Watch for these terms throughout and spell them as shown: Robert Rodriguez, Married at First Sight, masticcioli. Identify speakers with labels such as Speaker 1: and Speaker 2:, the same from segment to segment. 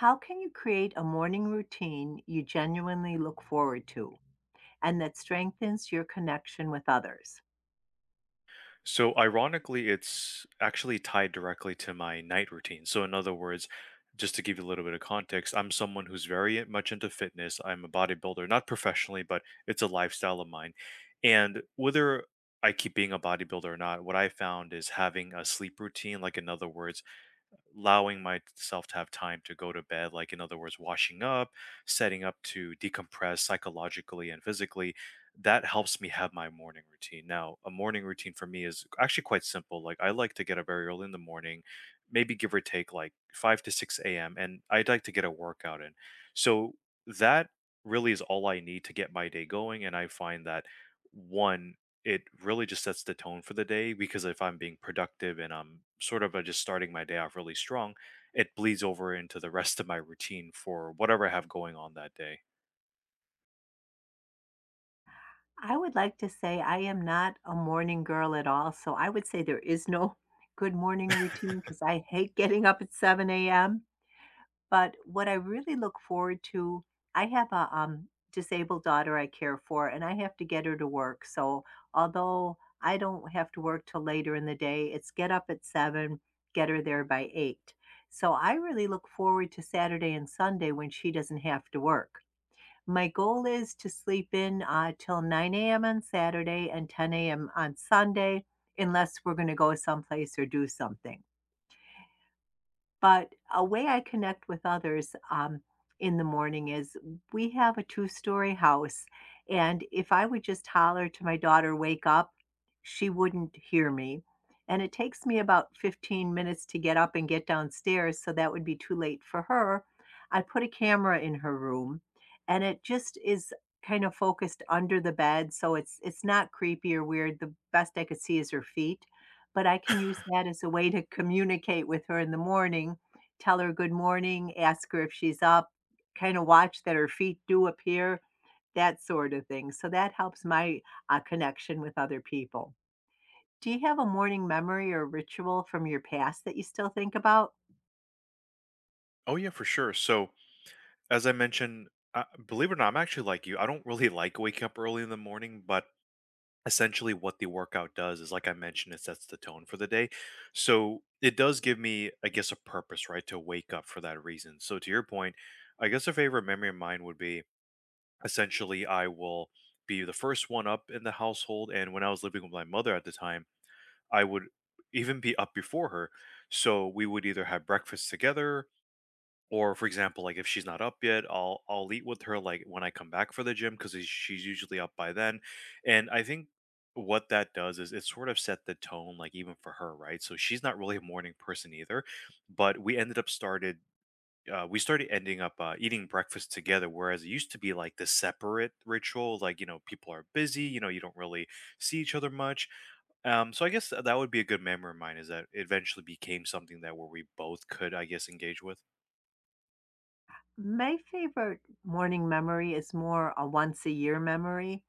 Speaker 1: How can you create a morning routine you genuinely look forward to and that strengthens your connection with others?
Speaker 2: So ironically, it's actually tied directly to my night routine. So in other words, just to give you a little bit of context, I'm someone who's very much into fitness. I'm a bodybuilder, not professionally, but it's a lifestyle of mine. And whether I keep being a bodybuilder or not, what I found is having a sleep routine, like in other words, allowing myself to have time to go to bed, like in other words, washing up, setting up to decompress psychologically and physically, that helps me have my morning routine. Now a morning routine for me is actually quite simple. Like I like to get up very early in the morning, maybe give or take like 5 to 6 a.m., and I'd like to get a workout in. So that really is all I need to get my day going. And I find that, one, it really just sets the tone for the day, because if I'm being productive and I'm sort of just starting my day off really strong, it bleeds over into the rest of my routine for whatever I have going on that day.
Speaker 1: I would like to say I am not a morning girl at all. So I would say there is no good morning routine because I hate getting up at 7 a.m. But what I really look forward to, I have a, disabled daughter I care for, and I have to get her to work. So although I don't have to work till later in the day, it's get up at 7, get her there by 8. So I really look forward to Saturday and Sunday when she doesn't have to work. My goal is to sleep in, till 9 a.m. on Saturday and 10 a.m. on Sunday, unless we're gonna go someplace or do something. But a way I connect with others, in the morning is we have a two-story house, and if I would just holler to my daughter, "Wake up," she wouldn't hear me, and it takes me about 15 minutes to get up and get downstairs, so that would be too late for her. I put a camera in her room, and it just is kind of focused under the bed, so it's not creepy or weird. The best I could see is her feet, but I can use that as a way to communicate with her in the morning, tell her good morning, ask her if she's up, kind of watch that her feet do appear, that sort of thing. So that helps my connection with other people. Do you have a morning memory or ritual from your past that you still think about?
Speaker 2: Oh yeah, for sure. So as I mentioned, believe it or not, I'm actually like you. I don't really like waking up early in the morning, but essentially what the workout does is, like I mentioned, it sets the tone for the day. So it does give me, I guess, a purpose, right, to wake up for that reason. So to your point, I guess a favorite memory of mine would be, essentially, I will be the first one up in the household. And when I was living with my mother at the time, I would even be up before her. So we would either have breakfast together, or for example, like if she's not up yet, I'll eat with her, like when I come back for the gym, because she's usually up by then. And I think what that does is it sort of set the tone, like even for her, right? So she's not really a morning person either, but we ended up started we started ending up eating breakfast together, whereas it used to be like this separate ritual. Like, you know, people are busy, you know, you don't really see each other much. So I guess that would be a good memory of mine, is that it eventually became something that where we both could, I guess, engage with.
Speaker 1: My favorite morning memory is more a once a year memory.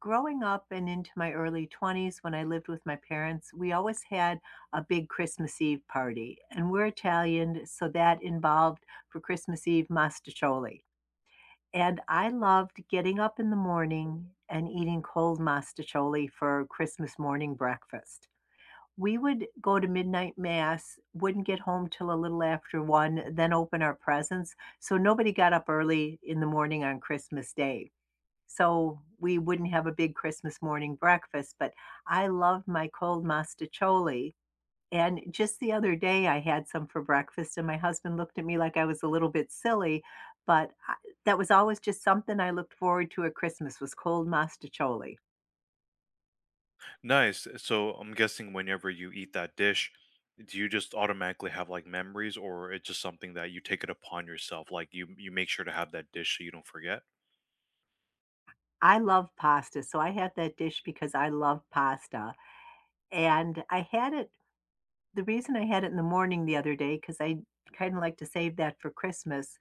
Speaker 1: Growing up and into my early 20s when I lived with my parents, we always had a big Christmas Eve party, and we're Italian, so that involved for Christmas Eve masticcioli. And I loved getting up in the morning and eating cold masticcioli for Christmas morning breakfast. We would go to midnight mass, wouldn't get home till a little after 1, then open our presents, so nobody got up early in the morning on Christmas Day. So we wouldn't have a big Christmas morning breakfast, but I love my cold masticholi. And just the other day, I had some for breakfast, and my husband looked at me like I was a little bit silly, but I, that was always just something I looked forward to at Christmas was cold masticholi.
Speaker 2: Nice. So I'm guessing whenever you eat that dish, do you just automatically have like memories, or it's just something that you take it upon yourself? Like you make sure to have that dish so you don't forget.
Speaker 1: I love pasta, so I had that dish because I love pasta. And I had it, the reason I had it in the morning the other day, because I kind of like to save that for Christmas,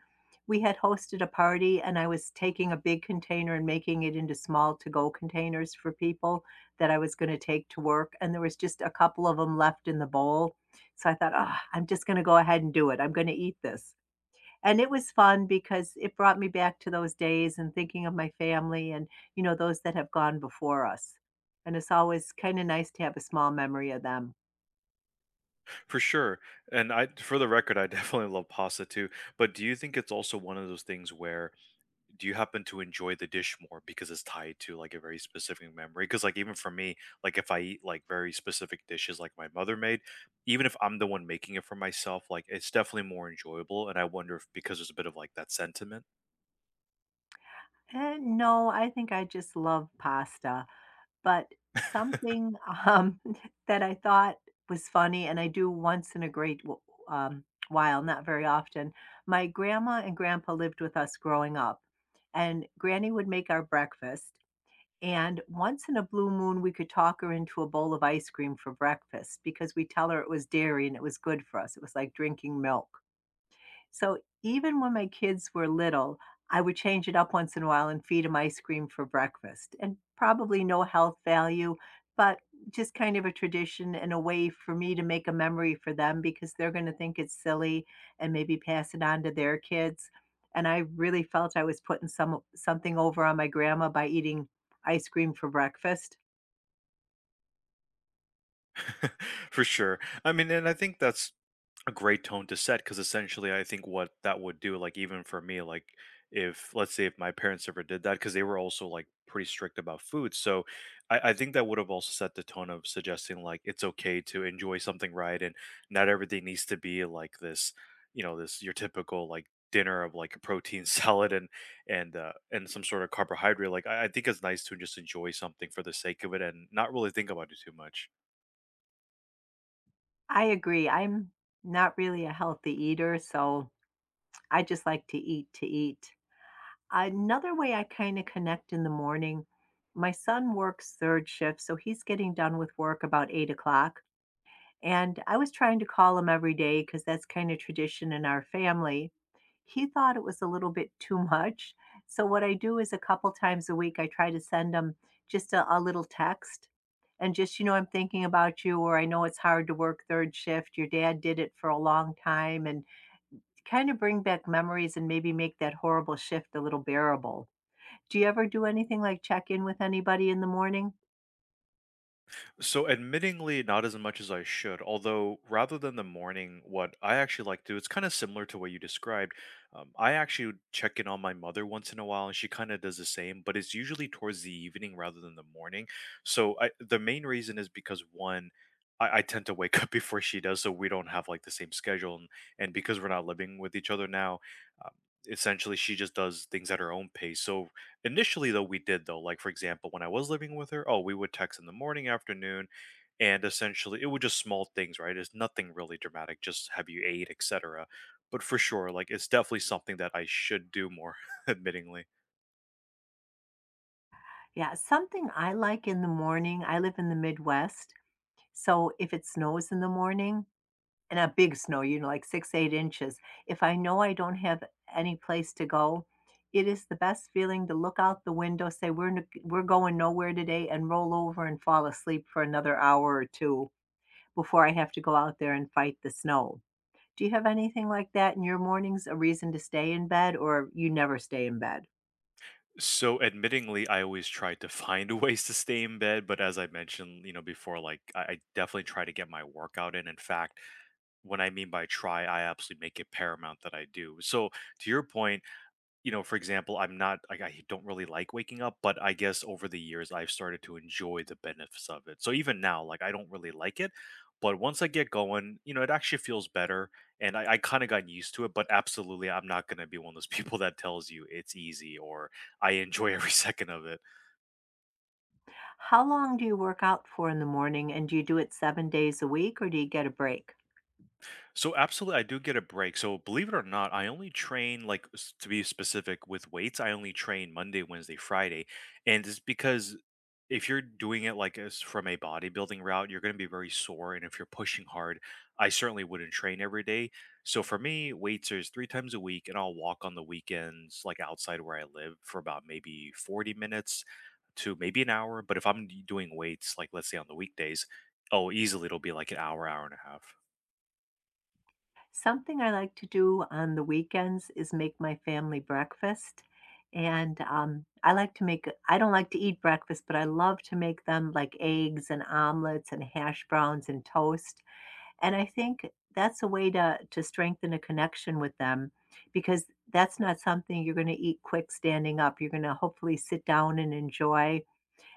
Speaker 1: we had hosted a party and I was taking a big container and making it into small to go containers for people that I was going to take to work. And there was just a couple of them left in the bowl. So I thought, oh, I'm just going to go ahead and do it. I'm going to eat this. And it was fun because it brought me back to those days and thinking of my family and, you know, those that have gone before us. And it's always kind of nice to have a small memory of them.
Speaker 2: For sure, and I for the record, I definitely love pasta too, but do you think it's also one of those things where do you happen to enjoy the dish more because it's tied to, like, a very specific memory? Because like, even for me, like, if I eat, like, very specific dishes like my mother made, even if I'm the one making it for myself, like, it's definitely more enjoyable, and I wonder if because there's a bit of, like, that sentiment?
Speaker 1: Eh, no, I think I just love pasta, but something, um, that I thought was funny, and I do once in a great w while, not very often, my grandma and grandpa lived with us growing up, and granny would make our breakfast, and once in a blue moon, we could talk her into a bowl of ice cream for breakfast because we tell her it was dairy and it was good for us, it was like drinking milk. So even when my kids were little, I would change it up once in a while and feed them ice cream for breakfast. And probably no health value, but just kind of a tradition and a way for me to make a memory for them because they're going to think it's silly and maybe pass it on to their kids. And I really felt I was putting something over on my grandma by eating ice cream for breakfast.
Speaker 2: For sure. I mean, and I think that's a great tone to set because essentially, I think what that would do, like, even for me, like, if let's say if my parents ever did that, because they were also like pretty strict about food. So I think that would have also set the tone of suggesting like it's okay to enjoy something, right? And not everything needs to be like this, you know, this your typical like dinner of like a protein salad and and some sort of carbohydrate. Like I think it's nice to just enjoy something for the sake of it and not really think about it too much.
Speaker 1: I agree. I'm not really a healthy eater, so I just like to eat to eat. Another way I kinda connect in the morning, my son works third shift, so he's getting done with work about 8 o'clock. And I was trying to call him every day because that's kinda tradition in our family. He thought it was a little bit too much, so what I do is a couple times a week, I try to send him just a little text and just, you know, "I'm thinking about you," or, "I know it's hard to work third shift. Your dad did it for a long time," and kinda bring back memories and maybe make that horrible shift a little bearable. Do you ever do anything like check in with anybody in the morning?
Speaker 2: So, admittingly, not as much as I should. Although, rather than the morning, what I actually like to do, it's kind of similar to what you described. I actually would check in on my mother once in a while, and she kind of does the same, but it's usually towards the evening rather than the morning. So, I, the main reason is because, one, I tend to wake up before she does, so we don't have like the same schedule. And because we're not living with each other now, um, essentially she just does things at her own pace. So, initially, though, we did though. Like for example, when I was living with her, oh, we would text in the morning, afternoon, and essentially it was just small things, right? It's nothing really dramatic. Just have you ate, etc. But for sure, like it's definitely something that I should do more, admittingly.
Speaker 1: Yeah, something I like in the morning, I live in the Midwest, so if it snows in the morning, and a big snow, you know, like 6, 8 inches, if I know I don't have any place to go, it is the best feeling to look out the window, say, " we're going nowhere today," and roll over and fall asleep for another hour or 2 before I have to go out there and fight the snow. Do you have anything like that in your mornings, a reason to stay in bed, or you never stay in bed?
Speaker 2: So, admittingly, I always try to find ways to stay in bed. But as I mentioned, you know, before, like I definitely try to get my workout in. In fact, when I mean by try, I absolutely make it paramount that I do. So, to your point, you know, for example, I'm not like I don't really like waking up, but I guess over the years I've started to enjoy the benefits of it. So even now, like I don't really like it, but once I get going, you know, it actually feels better, and I kind of got used to it. But absolutely, I'm not going to be one of those people that tells you it's easy or I enjoy every second of it.
Speaker 1: How long do you work out for in the morning, and do you do it 7 days a week, or do you get a break?
Speaker 2: So absolutely, I do get a break. So believe it or not, I only train like to be specific with weights. I only train Monday, Wednesday, Friday, and it's because if you're doing it like as from a bodybuilding route, you're going to be very sore, and if you're pushing hard, I certainly wouldn't train every day. So for me, weights is three times a week, and I'll walk on the weekends, like outside where I live, for about maybe 40 minutes to maybe an hour. But if I'm doing weights, like let's say on the weekdays, oh, easily it'll be like an hour, hour and a half.
Speaker 1: Something I like to do on the weekends is make my family breakfast, and, I like to make, I don't like to eat breakfast, but I love to make them, like, eggs and omelets and hash browns and toast, and I think that's a way to strengthen a connection with them because that's not something you're gonna eat quick standing up, you're gonna hopefully sit down and enjoy.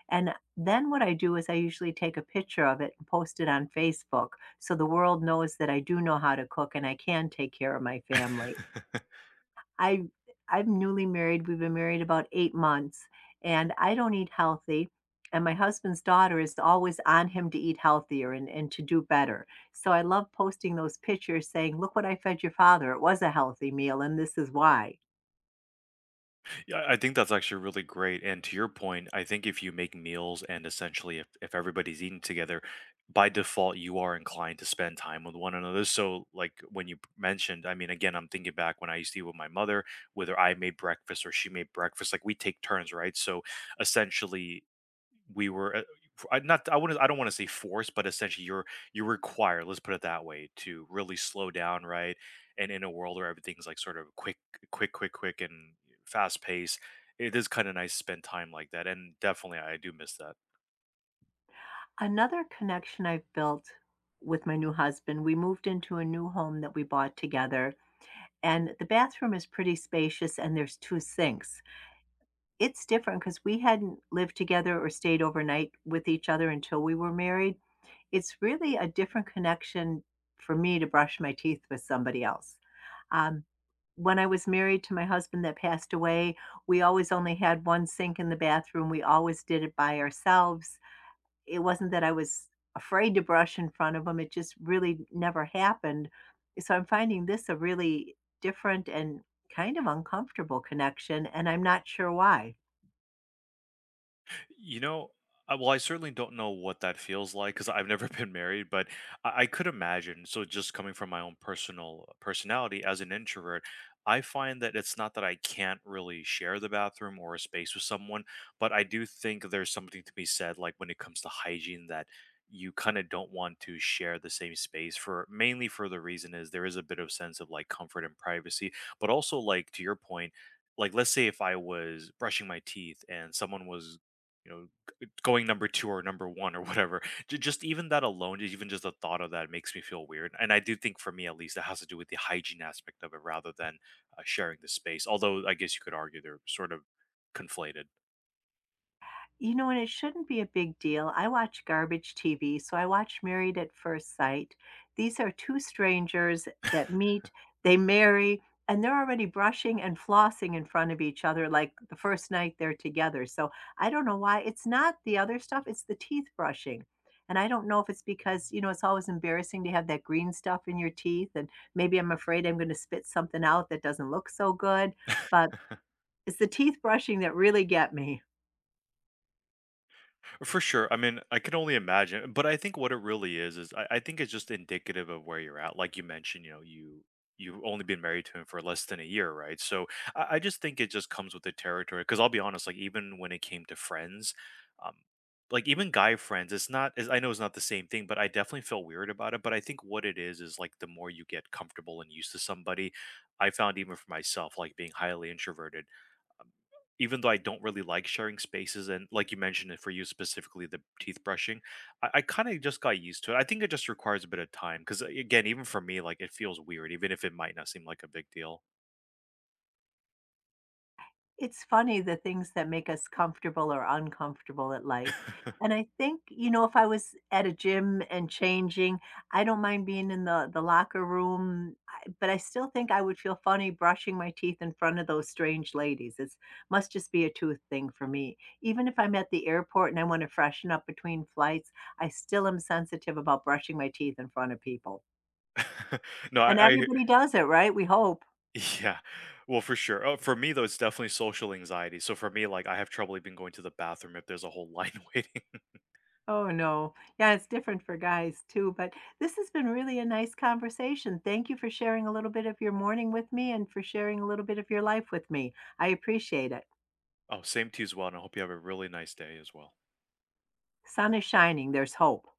Speaker 1: And then what I do is I usually take a picture of it and post it on Facebook so the world knows that I do know how to cook and I can take care of my family. I I'm newly married. We've been married about 8 months and I don't eat healthy. And my husband's daughter is always on him to eat healthier and, to do better. So I love posting those pictures saying, "Look what I fed your father. It was a healthy meal, and this is why."
Speaker 2: Yeah, I think that's actually really great. And to your point, I think if you make meals and essentially if everybody's eating together, by default, you are inclined to spend time with one another. So, like when you mentioned, I mean, again, I'm thinking back when I used to eat with my mother, whether I made breakfast or she made breakfast, like we take turns, right? So, essentially, we were I not I wouldn't I don't want to say forced, but essentially you're required, let's put it that way, to really slow down, right? And in a world where everything's like sort of quick and fast paced, it is kind of nice to spend time like that. And definitely I do miss that.
Speaker 1: Another connection I've built with my new husband, we moved into a new home that we bought together, and the bathroom is pretty spacious and there's 2 sinks. It's different because we hadn't lived together or stayed overnight with each other until we were married. It's really a different connection for me to brush my teeth with somebody else. Um, when I was married to my husband that passed away, we always only had 1 sink in the bathroom, we always did it by ourselves. It wasn't that I was afraid to brush in front of them, it just really never happened. So I'm finding this a really different and kind of uncomfortable connection, and I'm not sure why.
Speaker 2: You know, well, I certainly don't know what that feels like because I've never been married, but I could imagine. So, just coming from my own personal personality as an introvert, I find that it's not that I can't really share the bathroom or a space with someone, but I do think there's something to be said, like when it comes to hygiene, that you kind of don't want to share the same space for, mainly for the reason is there is a bit of sense of like comfort and privacy, but also like to your point, like let's say if I was brushing my teeth and someone was, you know, going number two or number one or whatever. Just even that alone, even just the thought of that makes me feel weird. And I do think for me, at least, it has to do with the hygiene aspect of it rather than sharing the space. Although I guess you could argue they're sort of conflated.
Speaker 1: You know, and it shouldn't be a big deal. I watch garbage TV, so I watch Married at First Sight. These are 2 strangers that meet, they marry, and they're already brushing and flossing in front of each other like the first night they're together. So I don't know why. It's not the other stuff, it's the teeth brushing. And I don't know if it's because, you know, it's always embarrassing to have that green stuff in your teeth. And maybe I'm afraid I'm going to spit something out that doesn't look so good. But it's the teeth brushing that really get me.
Speaker 2: For sure. I mean, I can only imagine, but I think what it really is is I think it's just indicative of where you're at. Like you mentioned, you know, you've only been married to him for less than a year, right? So I just think it just comes with the territory. Because I'll be honest, like even when it came to friends, um, like even guy friends, it's not. It's, I know it's not the same thing, but I definitely feel weird about it. But I think what it is like the more you get comfortable and used to somebody, I found even for myself, like being highly introverted. um, even though I don't really like sharing spaces, and like you mentioned it for you specifically, the teeth brushing, I kind of just got used to it. I think it just requires a bit of time, because again, even for me, like it feels weird, even if it might not seem like a big deal.
Speaker 1: It's funny the things that make us comfortable or uncomfortable at life. And I think, you know, if I was at a gym and changing, I don't mind being in the locker room, I, but I still think I would feel funny brushing my teeth in front of those strange ladies. It must just be a tooth thing for me. Even if I'm at the airport and I want to freshen up between flights, I still am sensitive about brushing my teeth in front of people.
Speaker 2: No, I,
Speaker 1: And
Speaker 2: I
Speaker 1: everybody does it, right? We hope.
Speaker 2: yeah. Well, for sure. Oh, for me though, it's definitely social anxiety. So for me, like I have trouble even going to the bathroom if there's a whole line waiting.
Speaker 1: Oh, no. Yeah, it's different for guys too, but this has been really a nice conversation. Thank you for sharing a little bit of your morning with me and for sharing a little bit of your life with me. I appreciate it.
Speaker 2: Oh, same to you as well, and I hope you have a really nice day as well.
Speaker 1: Sun is shining, there's hope.